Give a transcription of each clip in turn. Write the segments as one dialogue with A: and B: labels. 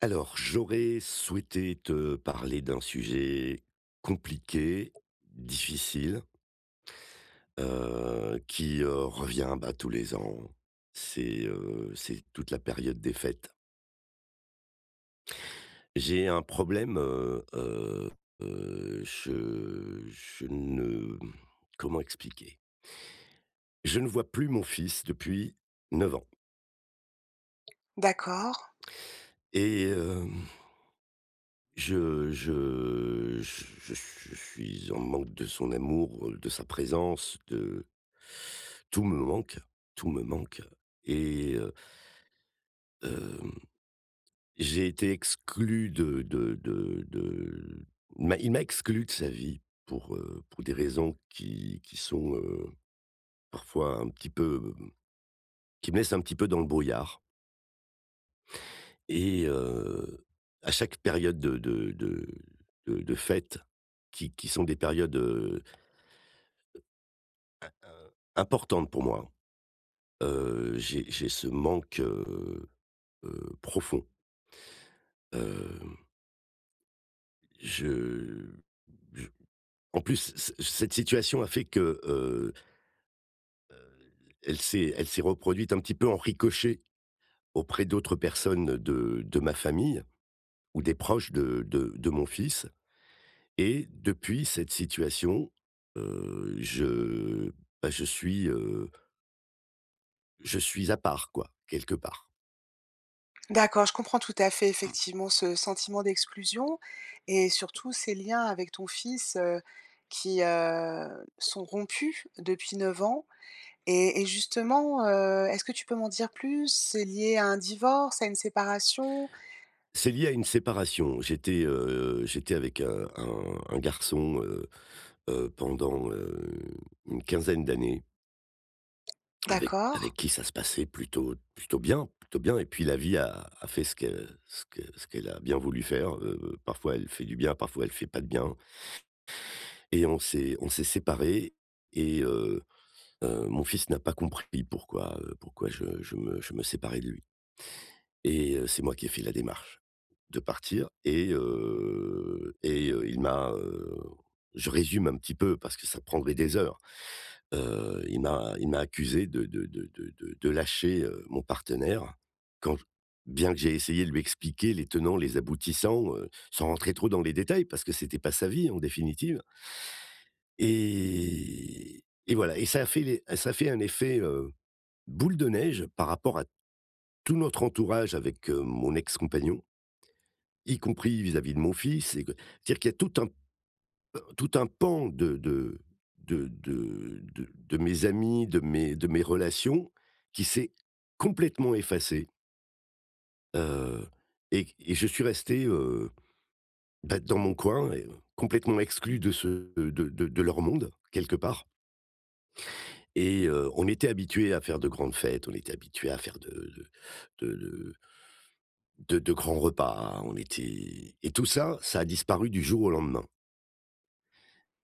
A: Alors, j'aurais souhaité te parler d'un sujet compliqué, difficile, qui, revient, bah, tous les ans. C'est toute la période des fêtes. J'ai un problème, je ne comment expliquer? Je ne vois plus mon fils depuis 9 ans
B: D'accord,
A: et hem Je suis en manque de son amour, de sa présence, de tout me manque, tout me manque et heu, hem, j'ai été exclu de il m'a exclu de sa vie pour des raisons qui sont, parfois un petit peu, qui me laissent un petit peu dans le brouillard et heu, à chaque période de fête qui sont des périodes, Heu, importante pour moi. J'ai ce manque, profond. Hem, je je en plus, c c cette situation a fait que, elle s'est reproduite un petit peu en ricochet auprès d'autres personnes de ma famille ou des proches de mon fils et depuis cette situation, je bah, je suis à part quoi, quelque part.
B: d'accord, je comprends tout à fait effectivement ce sentiment d'exclusion et surtout ces liens avec ton fils, qui, sont rompus depuis 9 ans et justement, est-ce que tu peux m'en dire plus? C'est lié à un divorce, à une séparation?
A: C'est lié à une séparation. J'étais, j'étais avec un garçon, pendant, une 15aine d'années, avec
B: D'accord,
A: avec qui ça se passait plutôt bien plutôt bien et puis la vie a fait ce que ce qu'elle a bien voulu faire, parfois elle fait du bien, parfois elle fait pas de bien et on s'est séparés et mon fils n'a pas compris pourquoi, pourquoi je me séparais de lui. Et c'est moi qui ai fait la démarche de partir et il m'a, je résume un petit peu parce que ça prendrait des heures. Il m'a accusé de lâcher, mon partenaire quand bien que j'ai essayé de lui expliquer les tenants, les aboutissants, sans rentrer trop dans les détails parce que c'était pas sa vie en définitive et voilà et ça a fait un effet, boule de neige par rapport à tout notre entourage avec, mon ex-compagnon. Y compris vis-à-vis de mon fils et que c'est-à-dire qu'il y a tout un pan de mes amis, de mes relations qui s'est complètement effacé, heu et je suis resté, bah, dans mon coin et complètement exclu de ce de leur monde, quelque part on était habitué à faire de grandes fêtes, on était habitué à faire de grands repas, on était et tout ça, ça a disparu du jour au lendemain.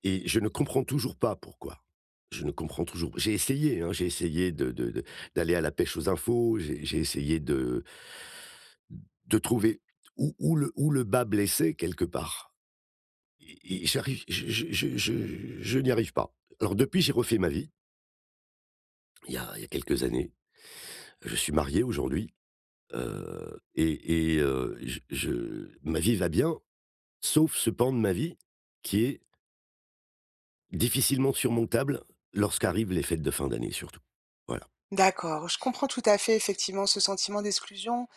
A: Et je ne comprends toujours pas pourquoi. Je ne comprends toujours j'ai essayé, hein, j'ai essayé de d'aller à la pêche aux infos, j'ai essayé de trouver où où le bas blessé quelque part et j'arrive je n'y arrive pas. Alors depuis, j'ai refait ma vie, il y a quelques années. Je suis marié aujourd'hui, je ma vie va bien, sauf ce pan de ma vie qui est difficilement surmontable lorsqu'arrivent les fêtes de fin d'année surtout. Voilà.
B: d'accord, je comprends tout à fait effectivement ce sentiment d'exclusion.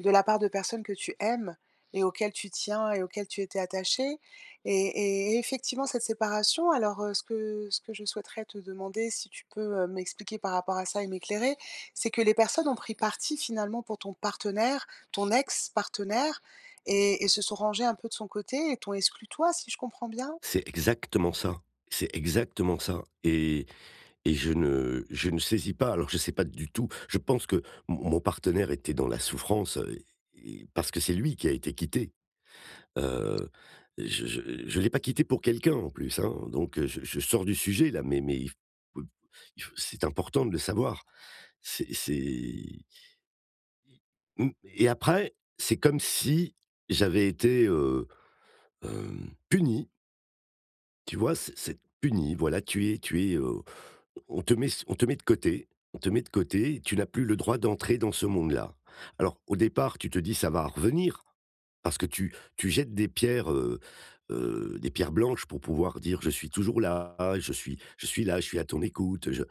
B: De la part de personnes que tu aimes et auxquelles tu tiens et auxquelles tu étais attaché. Et effectivement, cette séparation, alors ce que je souhaiterais te demander, si tu peux m'expliquer par rapport à ça et m'éclairer, c'est que les personnes ont pris parti finalement pour ton partenaire, ton ex-partenaire, et se sont rangées un peu de son côté et t'ont exclu toi, si je comprends bien.
A: C'est exactement ça, c'est exactement ça et je ne saisis pas, alors je ne sais pas du tout je pense que mon partenaire était dans la souffrance, et parce que c'est lui qui a été quitté. Heu, je l'ai pas quitté pour quelqu'un en plus, hein, donc je sors du sujet là, mais il faut c'est important de le savoir. C'est mmh et après, c'est comme si j'avais été, puni, tu vois? C'est puni, voilà, on te met de côté on te met de côté, et tu n'as plus le droit d'entrer dans ce monde-là. Alors, au départ, tu te dis: «Ça va revenir», parce que tu jettes des pierres blanches pour pouvoir dire: «Je suis toujours là, je suis là, je suis à ton écoute, je»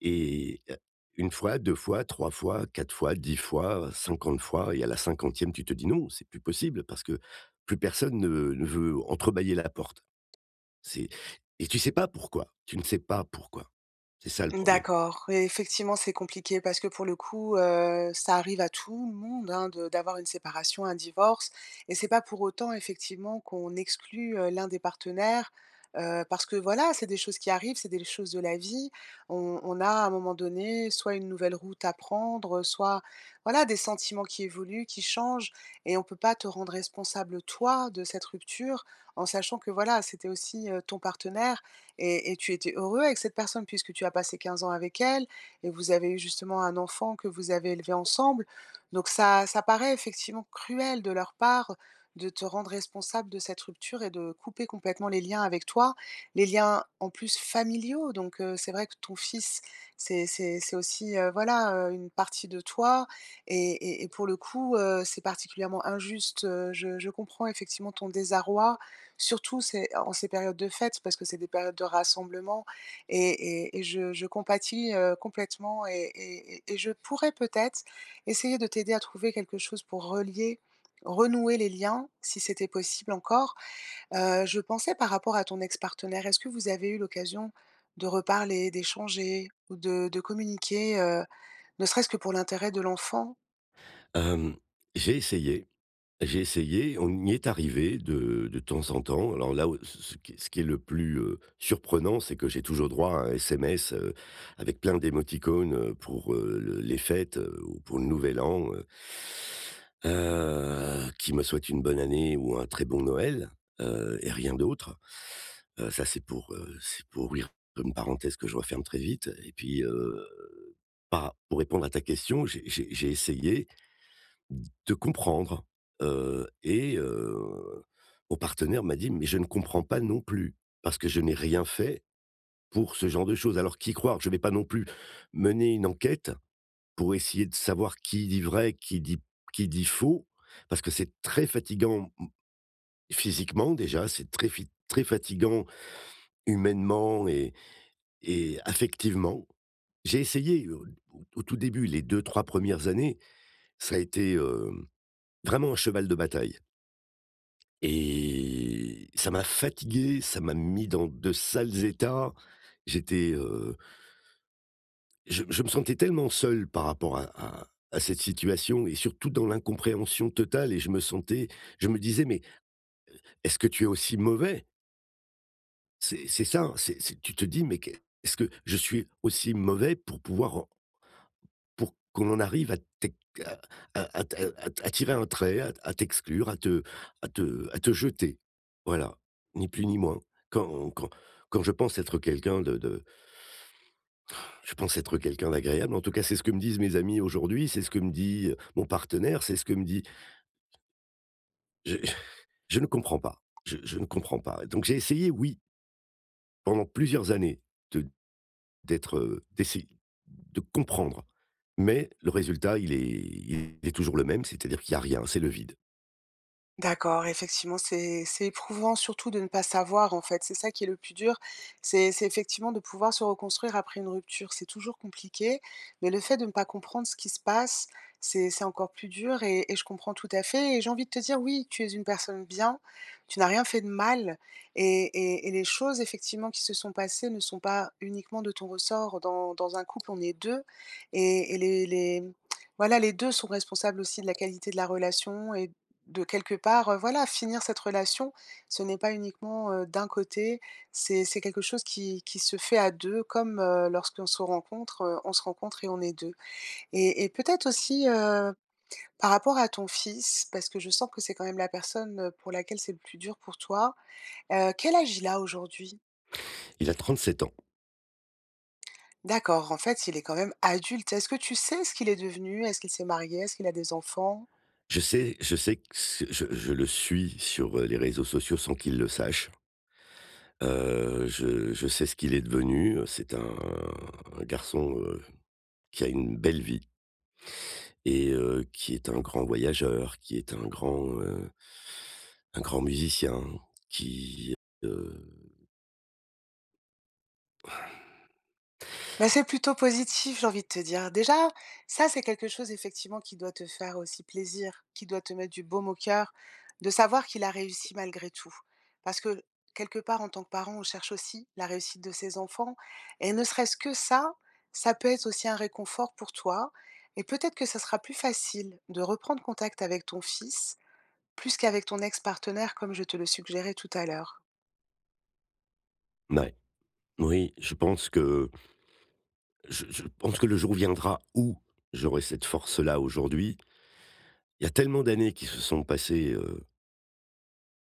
A: et heu, 1 fois, 2 fois, 3 fois, 4 fois, 10 fois, 50 fois et à la 50e, tu te dis: «Non, c'est plus possible», parce que plus personne ne ne veut entrebâiller la porte. C'est et tu sais pas pourquoi, tu ne sais pas pourquoi. C'est ça le problème.
B: D'accord, et effectivement, c'est compliqué parce que pour le coup, ça arrive à tout le monde, hein, de d'avoir une séparation, un divorce et c'est pas pour autant effectivement qu'on exclut, l'un des partenaires, parce que voilà, c'est des choses qui arrivent, c'est des choses de la vie. On a à un moment donné, soit une nouvelle route à prendre, soit voilà, des sentiments qui évoluent, qui changent et on peut pas te rendre responsable toi de cette rupture en sachant que voilà, c'était aussi, ton partenaire et tu étais heureux avec cette personne puisque tu as passé 15 ans avec elle et vous avez eu justement un enfant que vous avez élevé ensemble. Donc ça paraît effectivement cruel de leur part de te rendre responsable de cette rupture et de couper complètement les liens avec toi, les liens en plus familiaux. Donc c'est vrai que ton fils, c'est aussi, voilà, une partie de toi et pour le coup, c'est particulièrement injuste, je comprends effectivement ton désarroi surtout c'est en ces périodes de fêtes parce que c'est des périodes de rassemblement et je compatis, complètement et je pourrais peut-être essayer de t'aider à trouver quelque chose pour relier renouer les liens si c'était possible encore. Je pensais par rapport à ton ex-partenaire, est-ce que vous avez eu l'occasion de reparler, d'échanger ou de communiquer, ne serait-ce que pour l'intérêt de l'enfant?
A: Hem, j'ai essayé, j'ai essayé, on y est arrivé de temps en temps. Alors là, ce qui est le plus, surprenant, c'est que j'ai toujours droit à un SMS, avec plein d'émoticônes, pour, le les fêtes, ou pour le nouvel an, qui me souhaitent une bonne année ou un très bon Noël, et rien d'autre. Ça c'est pour ouvrir une parenthèse que je referme très vite et puis, par pour répondre à ta question, j'ai essayé de comprendre, heu et heu, mon partenaire m'a dit: «Mais je ne comprends pas non plus, parce que je n'ai rien fait pour ce genre de choses». Alors qui croire? Je ne vais pas non plus mener une enquête pour essayer de savoir qui dit vrai, qui dit faux, parce que c'est très fatigant physiquement déjà, c'est très fatigant humainement et affectivement. J'ai essayé, au tout début, les deux trois premières années, ça a été, vraiment un cheval de bataille. Et ça m'a fatigué, ça m'a mis dans de sales états. J'étais, je me sentais tellement seul par rapport à cette situation et surtout dans l'incompréhension totale et je me disais: «Mais est-ce que tu es aussi mauvais?» C'est ça, c'est tu te dis: «Mais qu'est est-ce que je suis aussi mauvais pour pouvoir pour qu'on en arrive à à à à tirer un trait, à t'exclure, à te jeter. Voilà, ni plus ni moins. Quand quand quand je pense être quelqu'un de je pense être quelqu'un d'agréable, en tout cas, c'est ce que me disent mes amis aujourd'hui, c'est ce que me dit, mon partenaire, c'est ce que me dit je je ne comprends pas, je ne comprends pas. Donc j'ai essayé, oui, pendant plusieurs années de d'être, d'essayer de comprendre, mais le résultat, il est toujours le même, c'est-à-dire qu'il n'y a rien, c'est le vide.
B: D'accord, effectivement, c'est éprouvant surtout de ne pas savoir en fait. C'est ça qui est le plus dur. C'est effectivement de pouvoir se reconstruire après une rupture. C'est toujours compliqué, mais le fait de ne pas comprendre ce qui se passe, c'est encore plus dur et je comprends tout à fait. Et j'ai envie de te dire, oui, tu es une personne bien, tu n'as rien fait de mal et, et les choses effectivement qui se sont passées ne sont pas uniquement de ton ressort. Dans un couple, on est deux et voilà, les deux sont responsables aussi de la qualité de la relation de quelque part, voilà, finir cette relation, ce n'est pas uniquement, d'un côté, c'est quelque chose qui se fait à 2, comme, lorsqu'on se rencontre, on se rencontre et on est 2. Et peut-être aussi, par rapport à ton fils, parce que je sens que c'est quand même la personne, pour laquelle c'est le plus dur pour toi, quel âge il a aujourd'hui?
A: Il a 37 ans.
B: D'accord, en fait, il est quand même adulte. Est-ce que tu sais ce qu'il est devenu? Est-ce qu'il s'est marié? Est-ce qu'il a des enfants?
A: Je sais que ce je le suis sur, les réseaux sociaux sans qu'il le sache. Je sais ce qu'il est devenu, c'est un garçon, qui a une belle vie qui est un grand voyageur, qui est un grand musicien, qui, heu
B: Bah, c'est plutôt positif, j'ai envie de te dire. Déjà, ça, c'est quelque chose effectivement qui doit te faire aussi plaisir, qui doit te mettre du baume au cœur, de savoir qu'il a réussi malgré tout. Parce que quelque part, en tant que parent, on cherche aussi la réussite de ses enfants. Et ne serait-ce que ça peut être aussi un réconfort pour toi. Et peut-être que ça sera plus facile de reprendre contact avec ton fils, plus qu'avec ton ex-partenaire, comme je te le suggérais tout à l'heure.
A: mouais, oui, je pense que je pense que le jour viendra où j'aurai cette force-là. Aujourd'hui, il y a tellement d'années qui se sont passées,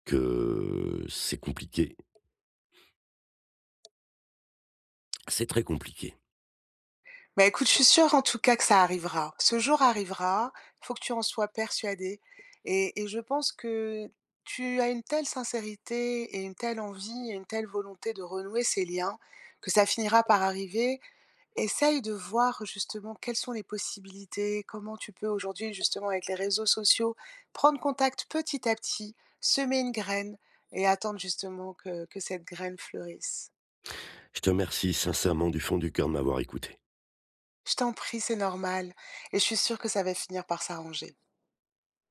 A: que c'est compliqué. C'est très compliqué.
B: Bah, écoute, je suis sûre en tout cas que ça arrivera. Ce jour arrivera, il faut que tu en sois persuadée et je pense que tu as une telle sincérité et une telle envie et une telle volonté de renouer ces liens que ça finira par arriver. Essaye de voir justement quelles sont les possibilités, comment tu peux aujourd'hui justement avec les réseaux sociaux prendre contact petit à petit, semer une graine et attendre justement que cette graine fleurisse.
A: Je te remercie sincèrement du fond du cœur de m'avoir écouté.
B: Je t'en prie, c'est normal et je suis sûre que ça va finir par s'arranger.